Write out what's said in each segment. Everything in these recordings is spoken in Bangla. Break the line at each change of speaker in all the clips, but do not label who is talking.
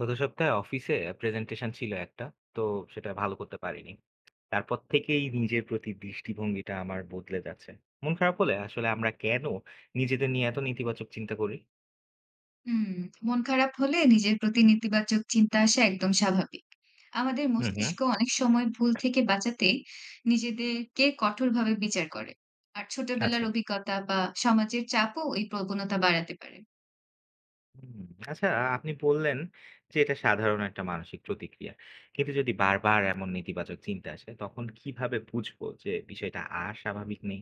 গত সপ্তাহে অফিসে প্রেজেন্টেশন ছিল একটা, তো সেটা ভালো করতে পারিনি। তারপর থেকেই নিজের প্রতি দৃষ্টিভঙ্গিটা আমার বদলে যাচ্ছে। মন খারাপ হলে আসলে আমরা কেন নিজেদের নিয়ে এত নেতিবাচক চিন্তা করি?
হুম, মন খারাপ হলে নিজের প্রতি নেতিবাচক চিন্তা আসা একদম স্বাভাবিক। আমাদের
হুম হুম।
মস্তিষ্ক অনেক সময় ভুল থেকে বাঁচাতে নিজেদেরকে কঠোরভাবে বিচার করে। আর ছোটবেলার
আচ্ছা।
অভিজ্ঞতা বা সমাজের চাপও এই প্রবণতা বাড়াতে পারে।
হুম, আচ্ছা, আপনি বললেন যে এটা সাধারণ একটা মানসিক প্রতিক্রিয়া, কিন্তু যদি বারবার এমন নেতিবাচক চিন্তা আসে তখন কিভাবে বুঝবো যে বিষয়টা আর স্বাভাবিক নেই?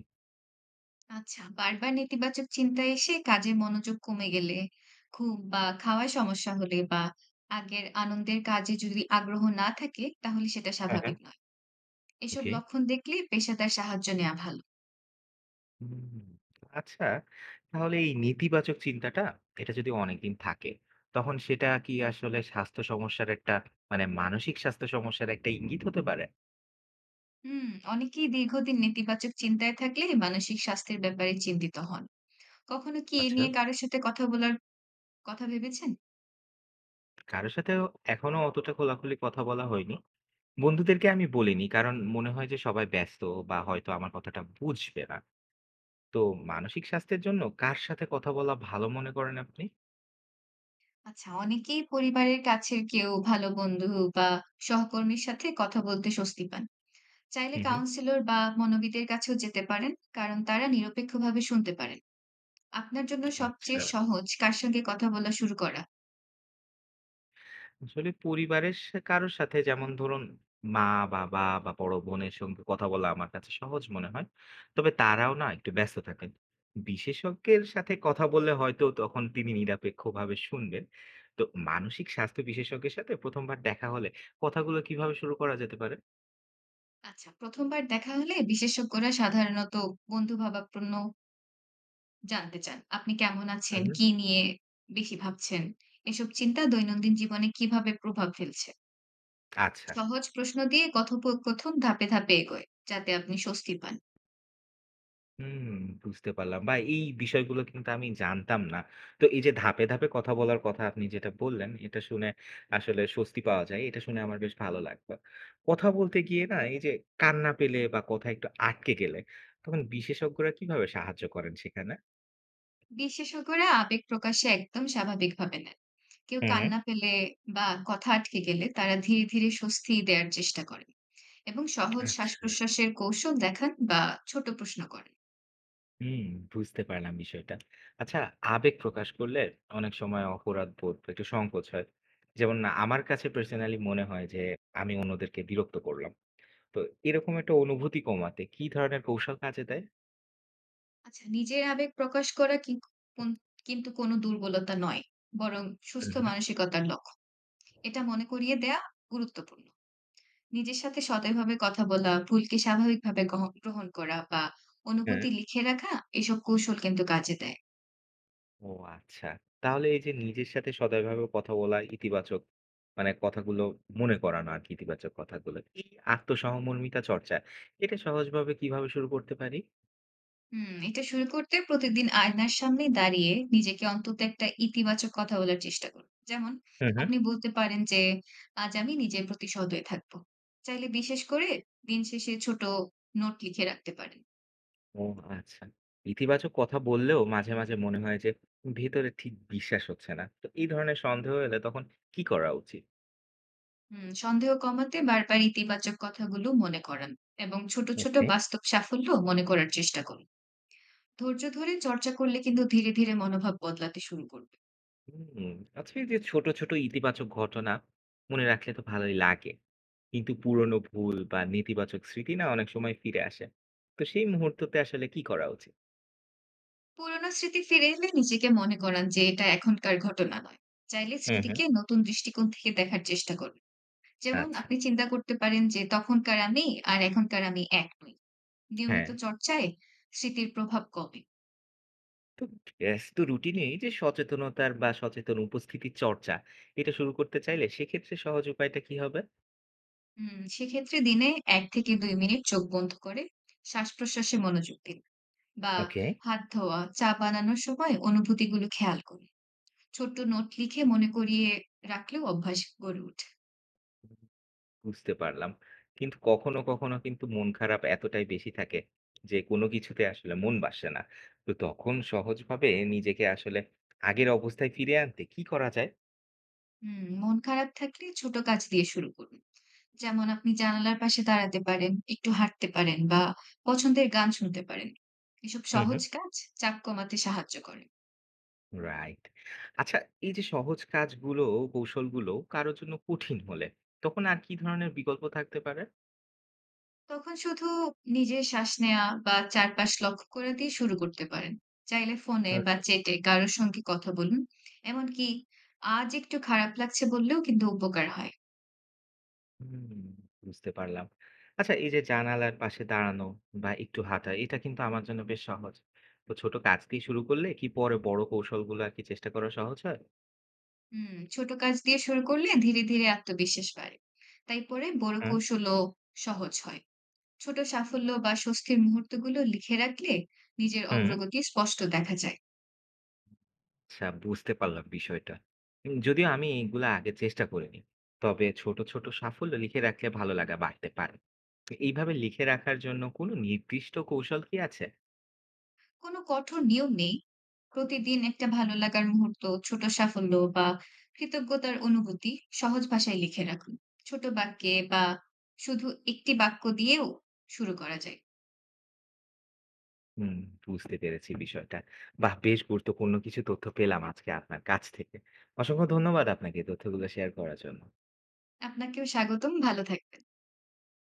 আচ্ছা, বারবার নেতিবাচক চিন্তা এসে কাজে মনোযোগ কমে গেলে, ঘুম বা খাওয়ায় সমস্যা হলে বা আগের আনন্দের কাজে যদি আগ্রহ না থাকে, তাহলে সেটা
হ্যাঁ হ্যাঁ।
স্বাভাবিক নয়। এসব
ওকে।
লক্ষণ দেখলে পেশাদার সাহায্য নেওয়া ভালো।
হুম, আচ্ছা, তাহলে এই নেতিবাচক চিন্তাটা, এটা যদি অনেকদিন থাকে তখন সেটা কি আসলে স্বাস্থ্য সমস্যার একটা, মানে মানসিক স্বাস্থ্য সমস্যার একটা ইঙ্গিত হতে পারে?
হুম, অনেকেই দীর্ঘদিন নেতিবাচক চিন্তায় থাকলে মানসিক স্বাস্থ্যের ব্যাপারে চিন্তিত হন। কখনো কি এ
আচ্ছা।
নিয়ে কারো সাথে কথা বলার কথা ভেবেছেন?
কারোর সাথে এখনো অতটা খোলাখুলি কথা বলা হয়নি। বন্ধুদেরকে আমি বলিনি কারণ মনে হয় যে সবাই ব্যস্ত বা হয়তো আমার কথাটা বুঝবে না। তো মানসিক স্বাস্থ্যের জন্য কার সাথে কথা বলা ভালো মনে করেন আপনি?
আচ্ছা, অনেকেই পরিবারের কাছের কেউ, ভালো বন্ধু বা সহকর্মীর সাথে কথা বলতে স্বস্তি পান। চাইলে
হুম হুম।
কাউন্সিলর বা মনোবিদের কাছেও যেতে পারেন, কারণ তারা নিরপেক্ষভাবে শুনতে পারেন। আপনার জন্য
আচ্ছা,
সবচেয়ে সহজ কার সঙ্গে কথা বলা শুরু করা?
আসলে পরিবারের সা কারোর সাথে, যেমন ধরুন মা-বাবা বা বড় বোনের সঙ্গে কথা বলা আমার কাছে সহজ মনে হয়। তবে তারাও না একটু ব্যস্ত থাকেন। বিশেষজ্ঞের সাথে কথা বললে হয়তো তখন তিনি নিরপেক্ষভাবে শুনবেন। তো মানসিক স্বাস্থ্য বিশেষজ্ঞের সাথে ১ম বার দেখা হলে কথাগুলো কিভাবে শুরু করা যেতে পারে?
আচ্ছা, ১ম বার দেখা হলে বিশেষজ্ঞরা সাধারণত বন্ধুভাবাপন্ন জানতে চান। আপনি কেমন আছেন?
হুম।
কি নিয়ে বেশি ভাবছেন? এসব চিন্তা দৈনন্দিন জীবনে কিভাবে প্রভাব ফেলছে?
আচ্ছা।
সহজ প্রশ্ন দিয়ে কথোপকথন ধাপে, ধাপে এগোয়, যাতে আপনি স্বস্তি পান।
হুম, বুঝতে পারলাম। বা এই বিষয়গুলো কিন্তু আমি জানতাম না। তো এই যে ধাপে, ধাপে কথা বলার কথা আপনি যেটা বললেন, এটা শুনে আসলে স্বস্তি পাওয়া যায়। এটা শুনে আমার বেশ ভালো লাগলো। কথা বলতে গিয়ে না এই যে কান্না পেলে বা কথা একটু আটকে গেলে, তখন বিশেষজ্ঞরা কিভাবে সাহায্য করেন সেখানে?
বিশেষজ্ঞরা আবেগ প্রকাশে একদম স্বাভাবিকভাবে নেন। কেউ
হুম, হুম।
কান্না পেলে বা কথা আটকে গেলে তারা ধীরে, ধীরে স্বস্তি দেয়ার চেষ্টা করেন এবং সহজ
আচ্ছা।
শ্বাসপ্রশ্বাসের কৌশল দেখান বা ছোট প্রশ্ন করেন।
হুম, বুঝতে পারলাম বিষয়টা। আচ্ছা, আবেগ প্রকাশ করলে অনেক সময় অপরাধবোধ বা একটু সংকোচ হয়। যেমন না, আমার কাছে পার্সোনালি মনে হয় যে আমি অন্যদেরকে বিরক্ত করলাম। তো এরকম একটা অনুভূতি কমাতে কি ধরনের কৌশল কাজে দেয়?
আচ্ছা, নিজের আবেগ প্রকাশ করা কি কোন কিন্তু কোনো দুর্বলতা নয়, বরং
হুম,
সুস্থ
হুম।
মানসিকতার লক্ষণ। এটা মনে করিয়ে দেয়া গুরুত্বপূর্ণ। নিজের সাথে সদয়ভাবে কথা বলা, ভুলকে স্বাভাবিকভাবে গ্রহণ করা বা
হ্যাঁ।
অনুভূতি লিখে রাখা এসব কৌশল কিন্তু কাজে দেয়।
ও আচ্ছা। তাহলে এই যে নিজের সাথে সদয়ভাবে কথা বলা ইতিবাচক, মানে কথাগুলো মনে করানো আরকি, ইতিবাচক কথাগুলো। এই আত্মসহমর্মিতা চর্চা এটা সহজভাবে কিভাবে শুরু করতে পারি?
হুম, এটা শুরু করতে প্রতিদিন আয়নার সামনে দাঁড়িয়ে নিজেকে অন্তত একটা ইতিবাচক কথা বলার চেষ্টা করুন। যেমন
হুম, হুম।
আপনি বলতে পারেন যে, "আজ আমি নিজের প্রতি সদয় থাকবো।" চাইলে বিশেষ করে দিন শেষে ছোট নোট লিখে রাখতে পারেন।
ও আচ্ছা। ইতিবাচক কথা বললেও মাঝে, মাঝে মনে হয় যে ভেতরে ঠিক বিশ্বাস হচ্ছে না। তো এই ধরনের সন্দেহ এলে তখন কি করা উচিত?
হুম, সন্দেহ কমাতে বারবার ইতিবাচক কথাগুলো মনে করান এবং ছোট, ছোট
ওকে।
বাস্তব সাফল্য মনে করার চেষ্টা করুন। ধৈর্য ধরে চর্চা করলে কিন্তু ধীরে, ধীরে মনোভাব বদলাতে শুরু করবে।
হুম, আচ্ছা, এই যে ছোট, ছোট ইতিবাচক ঘটনা মনে রাখলে তো ভালোই লাগে। কিন্তু পুরনো ভুল বা নেতিবাচক স্মৃতি না অনেক সময় ফিরে আসে। তো সেই মুহূর্ততে আসলে কি করা উচিত?
পুরোনো স্মৃতি ফিরে এলে নিজেকে মনে করান যে এটা এখনকার ঘটনা নয়। চাইলে
হুম, হুম।
স্মৃতিকে নতুন দৃষ্টিকোণ থেকে দেখার চেষ্টা করুন। যেমন
আচ্ছা,
আপনি চিন্তা করতে পারেন যে তখনকার আমি আর এখনকার আমি এক নই।
হ্যাঁ।
নিয়মিত চর্চায় স্মৃতির প্রভাব কমে।
তো ব্যস্ত রুটিনে এই যে সচেতনতার বা সচেতন উপস্থিতি চর্চা, এটা শুরু করতে চাইলে সেক্ষেত্রে সহজ উপায়টা কি হবে?
হুম, সেক্ষেত্রে দিনে ১-২ মিনিট চোখ বন্ধ করে শ্বাসপ্রশ্বাসে মনোযোগ দিন বা
ওকে।
হাত ধোয়া, চা বানানোর সময় অনুভূতিগুলো খেয়াল করুন। ছোট্ট নোট লিখে মনে করিয়ে রাখলেও অভ্যাস গড়ে ওঠে।
বুঝতে পারলাম। কিন্তু কখনো, কখনো কিন্তু মন খারাপ এতটাই বেশি থাকে যে কোনো কিছুতে আসলে মন বসে না। তো তখন সহজভাবে নিজেকে আসলে আগের অবস্থায় ফিরে আনতে কি করা যায়?
হুম, মন খারাপ থাকলে ছোট কাজ দিয়ে শুরু করুন। যেমন আপনি জানালার পাশে দাঁড়াতে পারেন, একটু হাঁটতে পারেন বা পছন্দের গান শুনতে পারেন। এসব
হুম,
সহজ
হুম।
কাজ চাপ কমাতে সাহায্য করে।
রাইট। আচ্ছা, এই যে সহজ কাজগুলো, কৌশলগুলো কারো জন্য কঠিন হলে তখন আর কি ধরনের বিকল্প থাকতে পারে?
তখন শুধু নিজের শ্বাস নেওয়া বা চারপাশ লক্ষ্য করা দিয়ে শুরু করতে পারেন। চাইলে ফোনে বা চ্যাটে কারোর সঙ্গে কথা বলুন। এমনকি আজ একটু খারাপ লাগছে বললেও কিন্তু উপকার হয়।
হুম, বুঝতে পারলাম। আচ্ছা, এই যে জানালার পাশে দাঁড়ানো বা একটু হাঁটা এটা কিন্তু আমার জন্য বেশ সহজ। তো ছোট কাজ দিয়ে শুরু করলে কি পরে বড় কৌশলগুলো আর কি চেষ্টা করা সহজ হয়?
হুম, ছোট কাজ দিয়ে শুরু করলে ধীরে ধীরে আত্মবিশ্বাস বাড়ে। তাই পরে বড়
হুম
কৌশলও সহজ হয়। ছোট সাফল্য বা স্বস্তির মুহূর্তগুলো লিখে রাখলে নিজের
হুম।
অগ্রগতি স্পষ্ট দেখা যায়।
আচ্ছা, বুঝতে পারলাম বিষয়টা। যদিও আমি এগুলা আগে চেষ্টা করিনি। তবে ছোট ছোট সাফল্য লিখে রাখলে ভালো লাগা বাড়তে পারে। তো এইভাবে লিখে রাখার জন্য কোনো নির্দিষ্ট কৌশল কি আছে?
কোনো কঠোর নিয়ম নেই। প্রতিদিন একটা ভালো লাগার মুহূর্ত, ছোট সাফল্য বা কৃতজ্ঞতার অনুভূতি সহজ ভাষায় লিখে রাখুন। ছোট বাক্যে বা শুধু একটি বাক্য দিয়েও শুরু করা যায়।
হুম, বুঝতে পেরেছি বিষয়টা। বাহ! বেশ গুরুত্বপূর্ণ কিছু তথ্য পেলাম আজকে আপনার কাছ থেকে। অসংখ্য ধন্যবাদ আপনাকে তথ্যগুলো শেয়ার করার জন্য।
আপনাকেও স্বাগতম। ভালো থাকবেন।